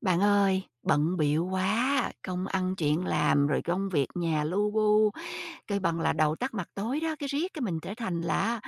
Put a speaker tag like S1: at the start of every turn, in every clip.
S1: Bạn ơi, bận bịu quá, công ăn chuyện làm rồi công việc nhà lu bu, kêu bằng là đầu tắt mặt tối đó, cái riết cái mình trở thành là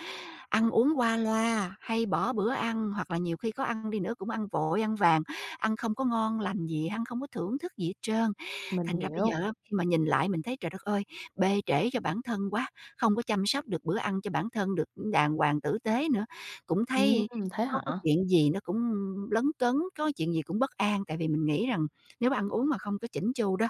S1: ăn uống qua loa, hay bỏ bữa ăn, hoặc là nhiều khi có ăn đi nữa cũng ăn vội, ăn vàng, ăn không có ngon lành gì, ăn không có thưởng thức gì hết trơn.
S2: Mình
S1: Thành ra bây giờ
S2: hiểu.
S1: á, khi mà nhìn lại mình thấy trời đất ơi, bê trễ cho bản thân quá, không có chăm sóc được bữa ăn cho bản thân được đàng hoàng tử tế nữa, cũng
S2: Ừm,
S1: thấy
S2: thế
S1: có
S2: hả?
S1: cái chuyện gì nó cũng lấn cấn, có chuyện gì cũng bất an, tại vì mình nghĩ rằng nếu mà ăn uống mà không có chỉnh chu đó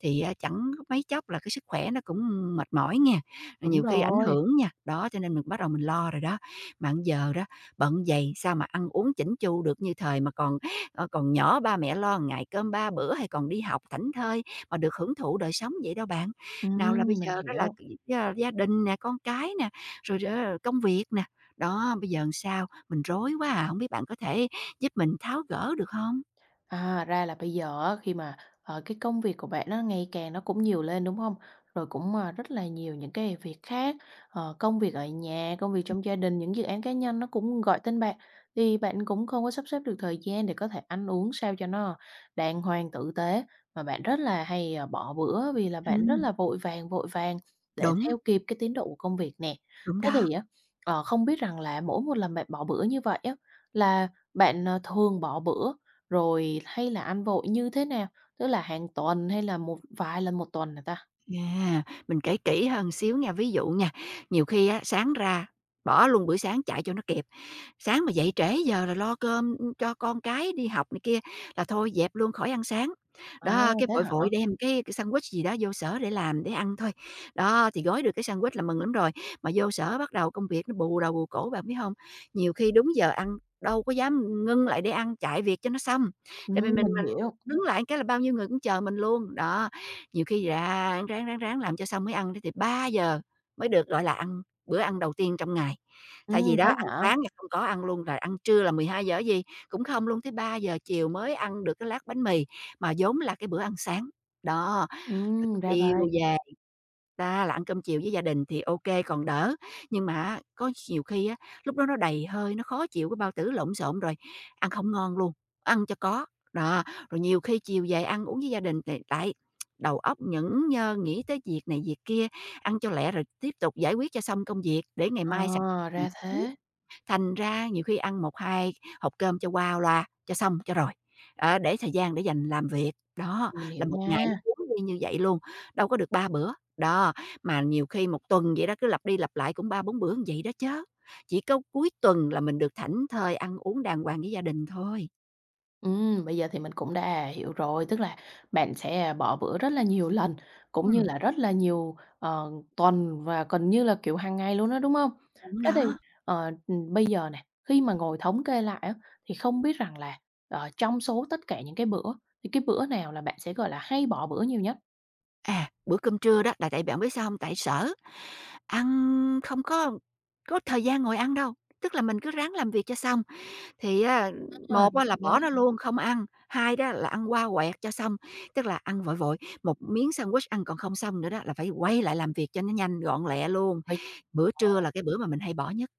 S1: thì, chẳng mấy chốc là cái sức khỏe nó cũng mệt mỏi nha, rồi
S2: Đúng
S1: nhiều khi ảnh
S2: rồi.
S1: hưởng nha. Đó, cho nên mình bắt đầu mình lo rồi đó. Mà hẳn giờ đó, bận vầy sao mà ăn uống chỉnh chu được như thời mà còn, còn nhỏ ba mẹ lo ngày cơm 3 bữa, hay còn đi học thảnh thơi mà được hưởng thụ đời sống vậy đâu bạn. Nào là bây
S2: Mình
S1: giờ đó là,
S2: hiểu.
S1: gia gia đình nè, con cái nè, rồi, công việc nè. Đó, bây giờ làm sao? Mình rối quá à, hổng biết bạn có thể giúp mình tháo gỡ được không?
S2: À, ra là bây giờ á, khi mà, cái công việc của bạn nó ngày càng nó cũng nhiều lên, đúng không? Rồi cũng, rất là nhiều những cái việc khác, công việc ở nhà, công việc trong gia đình, những dự án cá nhân nó cũng gọi tên bạn, thì bạn cũng không có sắp xếp được thời gian để có thể ăn uống sao cho nó đàng hoàng, tử tế, mà bạn rất là hay, bỏ bữa vì là bạn rất
S1: Ừm,
S2: là vội vàng để
S1: đúng,
S2: theo kịp cái tiến độ của công việc nè.
S1: đúng
S2: Thế
S1: đó.
S2: thì á, không biết rằng là mỗi một lần bạn bỏ bữa như vậy á, là bạn, thường bỏ bữa rồi hay là ăn vội như thế nào? Tức là hàng tuần hay là một vài lần một tuần hả ta?
S1: À, mình kể kỹ hơn xíu nha, ví dụ nha, nhiều khi á, sáng ra bỏ luôn bữa sáng chạy cho nó kịp, sáng mà dậy trễ giờ là lo cơm cho con cái đi học này kia là thôi dẹp luôn khỏi ăn sáng.
S2: À,
S1: Đó, cái
S2: thế
S1: vội
S2: hả?
S1: vội đem cái sandwich gì đó vô sở để làm, để ăn thôi. Đó, thì gói được cái sandwich là mừng lắm rồi, mà vô sở bắt đầu công việc nó bù đầu bù cổ bạn biết không? Nhiều khi đúng giờ ăn đâu có dám ngưng lại để ăn, chạy việc cho nó xong, tại vì mình
S2: Mình
S1: mình
S2: hiểu.
S1: đứng lại cái là bao nhiêu người cũng chờ mình luôn, đó. Nhiều khi ráng, ráng, ráng, ráng làm cho xong mới ăn đó thì 3 giờ mới được, gọi là, ăn bữa ăn đầu tiên trong ngày. Thay vì đó
S2: Thế
S1: ăn
S2: hả?
S1: sáng là không có ăn luôn, rồi ăn trưa là 12 giờ gì, cũng không luôn, tới 3 giờ chiều mới ăn được cái lát bánh mì, mà vốn là cái bữa ăn sáng. Đó, rồi cái
S2: Ra
S1: chiều
S2: vậy.
S1: về đó, là ăn cơm chiều với gia đình thì ok còn đỡ, nhưng mà á, có nhiều khi á, lúc đó nó đầy hơi, nó khó chịu, cái bao tử lộn xộn rồi, ăn không ngon luôn, ăn cho có. Đó, rồi nhiều khi chiều về ăn uống với gia đình thì lại đầu óc nhẫn nhơ, nghĩ tới việc này việc kia, ăn cho lẹ rồi tiếp tục giải quyết cho xong công việc để ngày
S2: À,
S1: mai sạch.
S2: ra thế.
S1: Thành ra nhiều khi ăn một 2 hộp cơm cho qua loa, cho xong cho rồi, đó, để thời gian để dành làm việc. Đó,
S2: Mình hiểu
S1: là một ngày nó
S2: nha.
S1: cuốn đi như vậy luôn, đâu có được 3 bữa. Đó, mà nhiều khi một tuần vậy đó, cứ lặp đi lặp lại cũng ba bốn bữa như vậy đó chớ. Chỉ có cuối tuần là mình được thảnh thơi ăn uống đàng hoàng với gia đình thôi.
S2: Bây giờ thì mình cũng đã hiểu rồi, tức là bạn sẽ, bỏ bữa rất là nhiều lần, cũng như
S1: Ừm,
S2: là rất là nhiều, tuần và gần như là, kiểu, hàng ngày luôn đó, đúng không?
S1: đúng
S2: Thế thì,
S1: đó.
S2: bây giờ này khi mà ngồi thống kê lại á, thì không biết rằng là, trong số tất cả những cái bữa, thì cái bữa nào là bạn sẽ, gọi là, hay bỏ bữa nhiều nhất?
S1: À, bữa cơm trưa đó là tại bạn biết sao hông? Tại sở ăn không có thời gian ngồi ăn đâu, tức là mình cứ ráng làm việc cho xong. Thì á,
S2: Đúng rồi,
S1: một á là
S2: đúng
S1: bỏ nó luôn không ăn, hai đó là ăn qua quẹt cho xong, tức là ăn vội vội, một miếng sandwich ăn còn không xong nữa đó là phải quay lại làm việc cho nó nhanh gọn lẹ luôn. Bữa trưa là cái bữa mà mình hay bỏ nhất,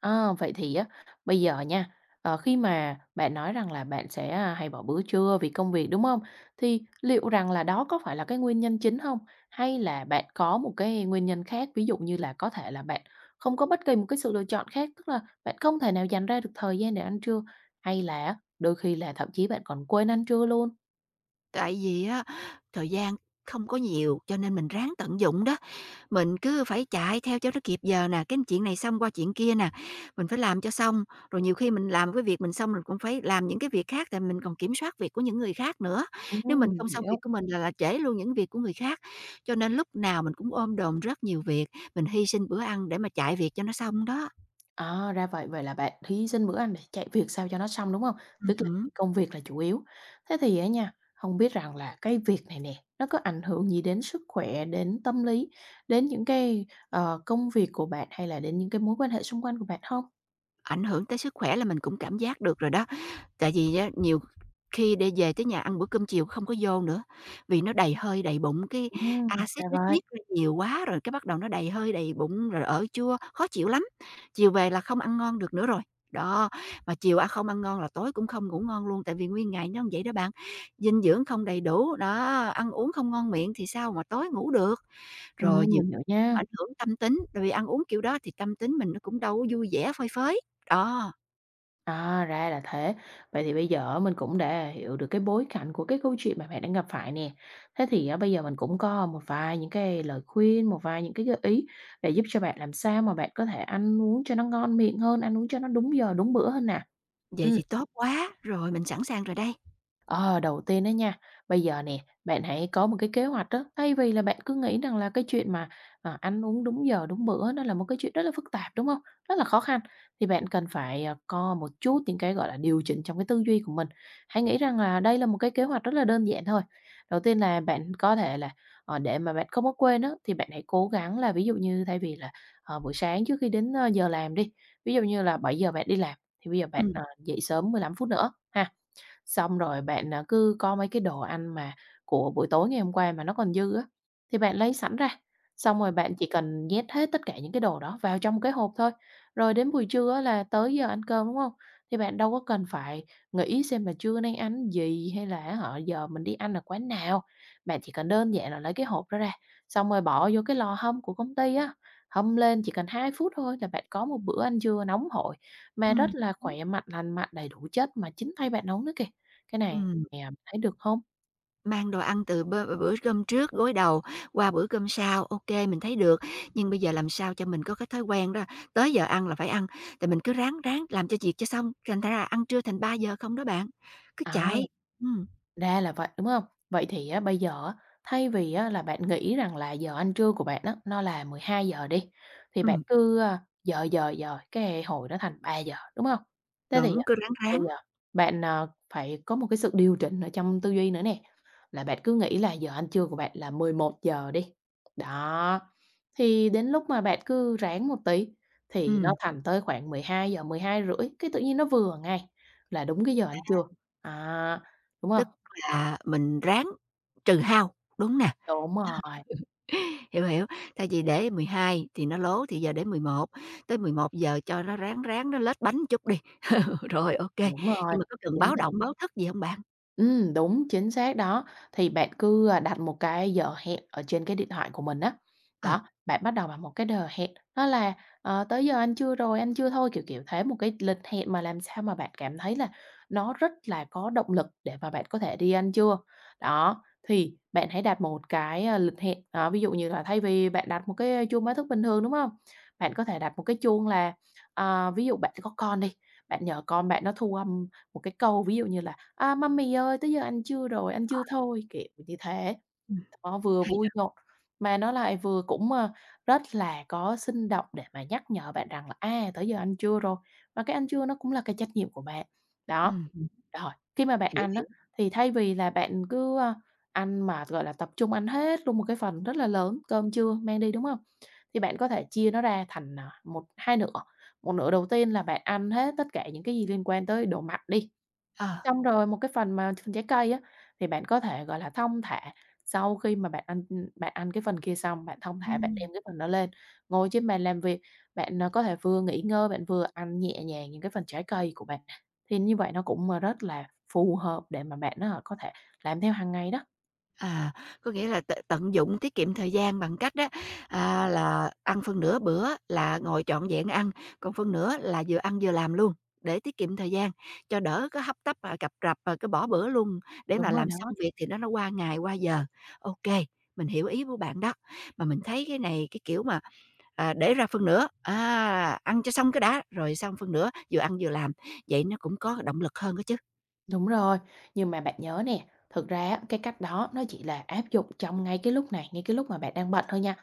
S2: À, vậy thì á, bây giờ nha, khi mà bạn nói rằng là bạn sẽ, hay bỏ bữa trưa vì công việc, đúng không? Thì liệu rằng là đó có phải là cái nguyên nhân chính không? Hay là bạn có một cái nguyên nhân khác, ví dụ như là có thể là bạn không có bất kỳ một cái sự lựa chọn khác, tức là bạn không thể nào dành ra được thời gian để ăn trưa, hay là đôi khi là thậm chí bạn còn quên ăn trưa luôn?
S1: tại vì á thời gian không có nhiều cho nên mình ráng tận dụng đó. Mình cứ phải chạy theo cho nó kịp giờ nè, cái chuyện này xong qua chuyện kia nè, mình phải làm cho xong. Rồi nhiều khi mình làm cái việc mình xong, mình cũng phải làm những cái việc khác, tại mình còn kiểm soát việc của những người khác nữa. Nếu mình
S2: Ừm,
S1: không xong việc
S2: hiểu.
S1: của mình là trễ luôn những việc của người khác. Cho nên lúc nào mình cũng ôm đồm rất nhiều việc, mình hy sinh bữa ăn để mà chạy việc cho nó xong đó.
S2: À, ra vậy, vậy là bạn thí xin bữa ăn để chạy việc sao cho nó xong, đúng không? Tức là
S1: Hứm.
S2: công việc là chủ yếu. Thế thì á nha, không biết rằng là cái việc này nè, nó có ảnh hưởng gì đến sức khỏe, đến tâm lý, đến những cái, công việc của bạn hay là đến những cái mối quan hệ xung quanh của bạn không?
S1: Ảnh hưởng tới sức khỏe là mình cũng cảm giác được rồi đó. Tại vì á, nhiều khi để về tới nhà ăn bữa cơm chiều không có vô nữa, vì nó đầy hơi, đầy bụng, cái
S2: Ra
S1: axit nó
S2: vậy.
S1: tiết ra nhiều quá rồi cái bắt đầu nó đầy hơi, đầy bụng rồi ở chua, khó chịu lắm. Chiều về là không ăn ngon được nữa rồi. Đó, mà chiều ăn không ăn ngon là tối cũng không ngủ ngon luôn, tại vì nguyên ngày nó như vậy đó bạn. Dinh dưỡng không đầy đủ, đó, ăn uống không ngon miệng thì sao mà tối ngủ được. Rồi nhiều
S2: Mình hiểu
S1: khi cũng
S2: nha.
S1: ảnh hưởng tâm tính, tại vì ăn uống kiểu đó thì tâm tính mình nó cũng đâu có vui vẻ phơi phới. Đó.
S2: À, ra là thế. Vậy thì bây giờ mình cũng đã hiểu được cái bối cảnh của cái câu chuyện mà bạn đang gặp phải nè. Thế thì á, bây giờ mình cũng có một vài những cái lời khuyên, một vài những cái gợi ý để giúp cho bạn làm sao mà bạn có thể ăn uống cho nó ngon miệng hơn, ăn uống cho nó đúng giờ, đúng bữa hơn nè.
S1: Vậy
S2: Ừ.
S1: thì tốt quá, rồi mình sẵn sàng rồi đây.
S2: Ờ, đầu tiên đó nha, bây giờ nè, bạn hãy có một cái kế hoạch đó, thay vì là bạn cứ nghĩ rằng là cái chuyện mà, ăn uống đúng giờ, đúng bữa nó là một cái chuyện rất là phức tạp, đúng không? Rất là khó khăn, thì bạn cần phải, có một chút những cái, gọi là, điều chỉnh trong cái tư duy của mình. Hãy nghĩ rằng là đây là một cái kế hoạch rất là đơn giản thôi. Đầu tiên là bạn có thể là, để mà bạn không có quên đó, thì bạn hãy cố gắng là ví dụ như thay vì là, buổi sáng trước khi đến, giờ làm đi, ví dụ như là 7 giờ bạn đi làm, thì bây giờ bạn,
S1: Ừm.
S2: dậy sớm 15 phút nữa ha. Xong rồi bạn, cứ có mấy cái đồ ăn mà của buổi tối ngày hôm qua mà nó còn dư á, thì bạn lấy sẵn ra, xong rồi bạn chỉ cần nhét hết tất cả những cái đồ đó vào trong cái hộp thôi. Rồi đến buổi trưa á là tới giờ ăn cơm, đúng không? Thì bạn đâu có cần phải nghĩ xem là trưa nay ăn gì hay là, họ giờ mình đi ăn ở quán nào. Bạn chỉ cần đơn giản là lấy cái hộp đó ra, xong rồi bỏ vô cái lò hâm của công ty á, hâm lên chỉ cần 2 phút thôi là bạn có một bữa ăn trưa nóng hổi mà rất
S1: Ừm.
S2: là khỏe mạnh, lành mạnh, đầy đủ chất mà chính tay bạn nấu nữa kìa. Cái này,
S1: Ừm.
S2: thấy được không?
S1: Mang đồ ăn từ bơ bữa cơm trước, gối đầu qua bữa cơm sau, ok mình thấy được. Nhưng bây giờ làm sao cho mình có cái thói quen đó, tới giờ ăn là phải ăn, thì mình cứ ráng ráng làm cho việc cho xong, thành ra là ăn trưa thành 3 giờ không đó bạn. Cứ
S2: À.
S1: chạy, ừm,
S2: Ra là vậy, đúng không? Vậy thì á, bây giờ á, thay vì á, là bạn nghĩ rằng là giờ ăn trưa của bạn á, nó là 12 giờ đi, thì bạn
S1: ừm,
S2: cứ, giờ giờ dời cái hồi nó thành 3 giờ, đúng không? Thế thì
S1: đúng,
S2: á,
S1: cứ ráng
S2: bây
S1: ráng,
S2: giờ bạn, phải có một cái sự điều chỉnh ở trong tư duy nữa nè, là bạn cứ nghĩ là giờ ăn trưa của bạn là 11 giờ đi, đó, thì đến lúc mà bạn cứ ráng một tí thì nó
S1: ừm,
S2: thành tới khoảng mười 12 giờ, 12 rưỡi cái tự nhiên nó vừa ngay, là đúng cái giờ ăn trưa, à, đúng không?
S1: tức là mình ráng trừ hao, đúng nè.
S2: Đúng rồi,
S1: Hiểu, hiểu. Thay vì để 12 thì nó lố, thì giờ để 11 tới 11 giờ cho nó ráng ráng nó lết bánh chút đi. Rồi, ok.
S2: đúng rồi,
S1: Nhưng mà có cần
S2: chính
S1: báo động, báo thức gì không bạn?
S2: Đúng, chính xác đó. Thì bạn cứ, đặt một cái giờ hẹn ở trên cái điện thoại của mình á.
S1: Ờ,
S2: Đó, bạn bắt đầu bằng một cái giờ hẹn, nó là, tới giờ ăn trưa rồi, ăn trưa thôi, kiểu, kiểu thế, một cái lịch hẹn mà làm sao mà bạn cảm thấy là nó rất là có động lực để mà bạn có thể đi ăn trưa. Đó, thì bạn hãy đặt một cái, lịch hẹn, đó, ví dụ như là thay vì bạn đặt một cái chuông báo thức bình thường, đúng không? Bạn có thể đặt một cái chuông là, ví dụ bạn có con đi, bạn nhờ con bạn nó thu âm một cái câu ví dụ như là "A, Mummy ơi, tới giờ ăn trưa rồi, ăn trưa thôi", kiểu như thế.
S1: ừm,
S2: Nó vừa
S1: hay đó.
S2: vui nhộn, mà nó lại vừa cũng, rất là có sinh động để mà nhắc nhở bạn rằng là "À, tới giờ ăn trưa rồi", và cái ăn trưa nó cũng là cái trách nhiệm của bạn. Đó,
S1: Ừm, ừm,
S2: rồi, khi mà bạn
S1: hiểu,
S2: ăn á,
S1: hiểu.
S2: thì thay vì là bạn cứ, ăn mà, gọi là, tập trung ăn hết luôn một cái phần rất là lớn cơm trưa mang đi, đúng không? Thì bạn có thể chia nó ra thành, một hai nửa, một nửa đầu tiên là bạn ăn hết tất cả những cái gì liên quan tới đồ mặn đi.
S1: Ờ.
S2: Xong rồi một cái phần mà phần trái cây á, thì bạn có thể, gọi là, thong thả sau khi mà bạn ăn cái phần kia xong, bạn thong thả bạn
S1: Ừm.
S2: đem cái phần đó lên, ngồi trên bàn làm việc, bạn, có thể vừa nghỉ ngơi, bạn vừa ăn nhẹ nhàng những cái phần trái cây của bạn. Thì như vậy nó cũng, rất là phù hợp để mà bạn á, có thể làm theo hàng ngày đó.
S1: À, có nghĩa là tận dụng tiết kiệm thời gian bằng cách đó à, là ăn phân nửa bữa là ngồi trọn vẹn ăn, còn phân nửa là vừa ăn vừa làm luôn, để tiết kiệm thời gian, cho đỡ có hấp tấp, và cập rập, và cái bỏ bữa luôn để mà
S2: Đúng rồi
S1: làm xong
S2: đó.
S1: việc thì nó qua ngày, qua giờ. OK, mình hiểu ý của bạn đó. Mà mình thấy cái này, cái kiểu mà, à, để ra phân nửa, à, ăn cho xong cái đã, rồi xong phân nửa vừa ăn vừa làm, vậy nó cũng có động lực hơn đó chứ.
S2: Đúng rồi, nhưng mà bạn nhớ nè, thực ra á, cái cách đó nó chỉ là áp dụng trong ngay cái lúc này, ngay cái lúc mà bạn đang bệnh thôi nha.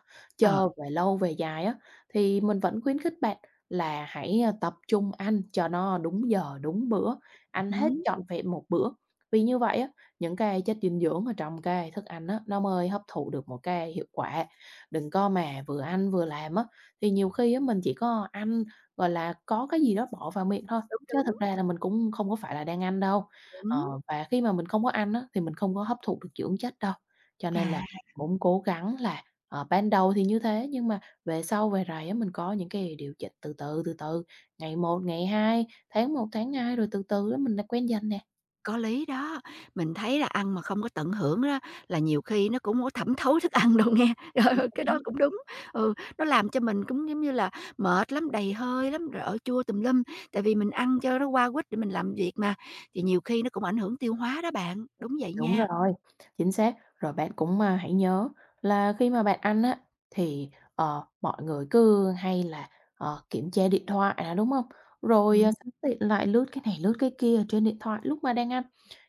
S1: Ờ,
S2: Chờ về lâu về dài á, thì mình vẫn khuyến khích bạn là hãy tập trung ăn cho nó đúng giờ, đúng bữa, ăn
S1: ừm
S2: hết trọn vẹn một bữa. Vì như vậy á, những cái chất dinh dưỡng ở trong cái thức ăn á, nó mới hấp thụ được một cái hiệu quả. Đừng có mà vừa ăn vừa làm á, thì nhiều khi á, mình chỉ có ăn gọi là có cái gì đó bỏ vào miệng thôi.
S1: đúng,
S2: Chứ
S1: đúng,
S2: thực ra là mình cũng không có phải là đang ăn đâu.
S1: đúng,
S2: Và khi mà mình không có ăn á, thì mình không có hấp thụ được dưỡng chất đâu, cho nên là
S1: à.
S2: cũng cố gắng là, ban đầu thì như thế, nhưng mà về sau về rày á, mình có những cái điều chỉnh từ từ, từ từ, ngày một ngày 2 tháng một tháng 2 rồi từ từ á mình đã quen dần nè.
S1: Có lý đó, mình thấy là ăn mà không có tận hưởng đó là nhiều khi nó cũng hông có thẩm thấu thức ăn đâu nghe.
S2: Chính
S1: Ờ, cái đó
S2: xác.
S1: cũng đúng. Ừ, nó làm cho mình cũng, giống như là, mệt lắm, đầy hơi lắm, rồi ở chua tùm lum, tại vì mình ăn cho nó qua quýt để mình làm việc mà, thì nhiều khi nó cũng ảnh hưởng tiêu hóa đó bạn. Đúng vậy
S2: Đúng
S1: nha.
S2: rồi, chính xác. Rồi bạn cũng, hãy nhớ là khi mà bạn ăn á, thì, mọi người cứ hay là, kiểm tra điện thoại nè, đúng không? Rồi,
S1: Ừm,
S2: sẵn tiện lại lướt cái này lướt cái kia trên điện thoại lúc mà đang ăn.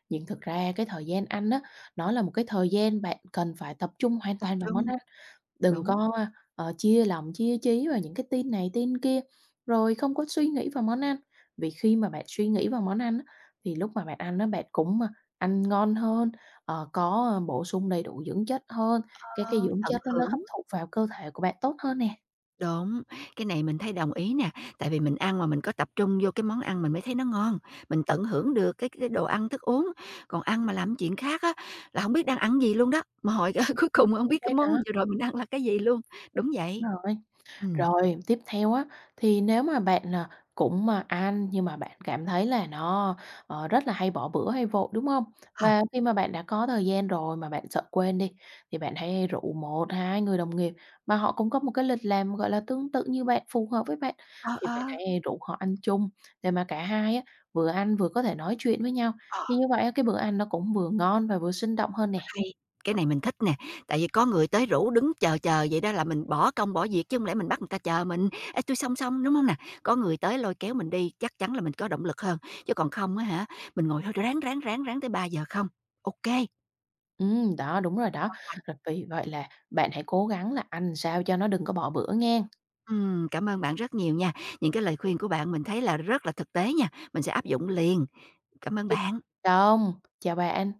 S2: Nhưng thực ra cái thời gian ăn á, nó là một cái thời gian bạn cần phải tập trung hoàn
S1: tập
S2: toàn vào món
S1: trung,
S2: ăn. Đừng
S1: đúng,
S2: có, chia lòng chia trí vào những cái tin này tin kia, rồi không có suy nghĩ vào món ăn. Vì khi mà bạn suy nghĩ vào món ăn á, thì lúc mà bạn ăn nó bạn cũng, ăn ngon hơn, bổ sung đầy đủ dưỡng chất hơn, cái
S1: ờ,
S2: dưỡng
S1: tận
S2: chất đó nó hấp
S1: hưởng.
S2: thụ vào cơ thể của bạn tốt hơn nè.
S1: Đúng, cái này mình thấy đồng ý nè, tại vì mình ăn mà mình có tập trung vô cái món ăn mình mới thấy nó ngon, mình tận hưởng được cái đồ ăn, thức uống, còn ăn mà làm chuyện khác á là không biết đang ăn gì luôn đó, mà hồi cuối cùng không biết cái
S2: Chính
S1: món
S2: đó,
S1: vừa rồi mình ăn là cái gì luôn. Đúng vậy.
S2: đúng rồi.
S1: Ừm,
S2: Rồi, tiếp theo á, thì nếu mà bạn là cũng mà ăn nhưng mà bạn cảm thấy là nó, rất là hay bỏ bữa hay vội, đúng không?
S1: ờ,
S2: Và khi mà bạn đã có thời gian rồi mà bạn sợ quên đi, thì bạn hãy rủ một 2 người đồng nghiệp mà họ cũng có một cái lịch làm, gọi là, tương tự như bạn, phù hợp với bạn, thì
S1: ờ,
S2: bạn hãy rủ họ ăn chung để mà cả hai á, vừa ăn vừa có thể nói chuyện với nhau.
S1: ờ.
S2: Thì như vậy á, cái bữa ăn nó cũng vừa ngon và vừa sinh động hơn nè.
S1: Hay, cái này mình thích nè, tại vì có người tới rủ đứng chờ chờ vậy đó là mình bỏ công bỏ việc chứ không lẽ mình bắt người ta chờ mình. "Ê, tui xong xong", đúng không nè? Có người tới lôi kéo mình đi, chắc chắn là mình có động lực hơn, chứ còn không á hả, mình ngồi thôi ráng, ráng, ráng, ráng tới 3 giờ không. OK.
S2: Ừ, đó, đúng rồi đó. Rồi vì vậy là bạn hãy cố gắng là ăn sao cho nó đừng có bỏ bữa nghen.
S1: Cảm ơn bạn rất nhiều nha, những cái lời khuyên của bạn mình thấy là rất là thực tế nha, mình sẽ áp dụng liền. Cảm ơn
S2: Chúc
S1: bạn.
S2: đông, chào bạn.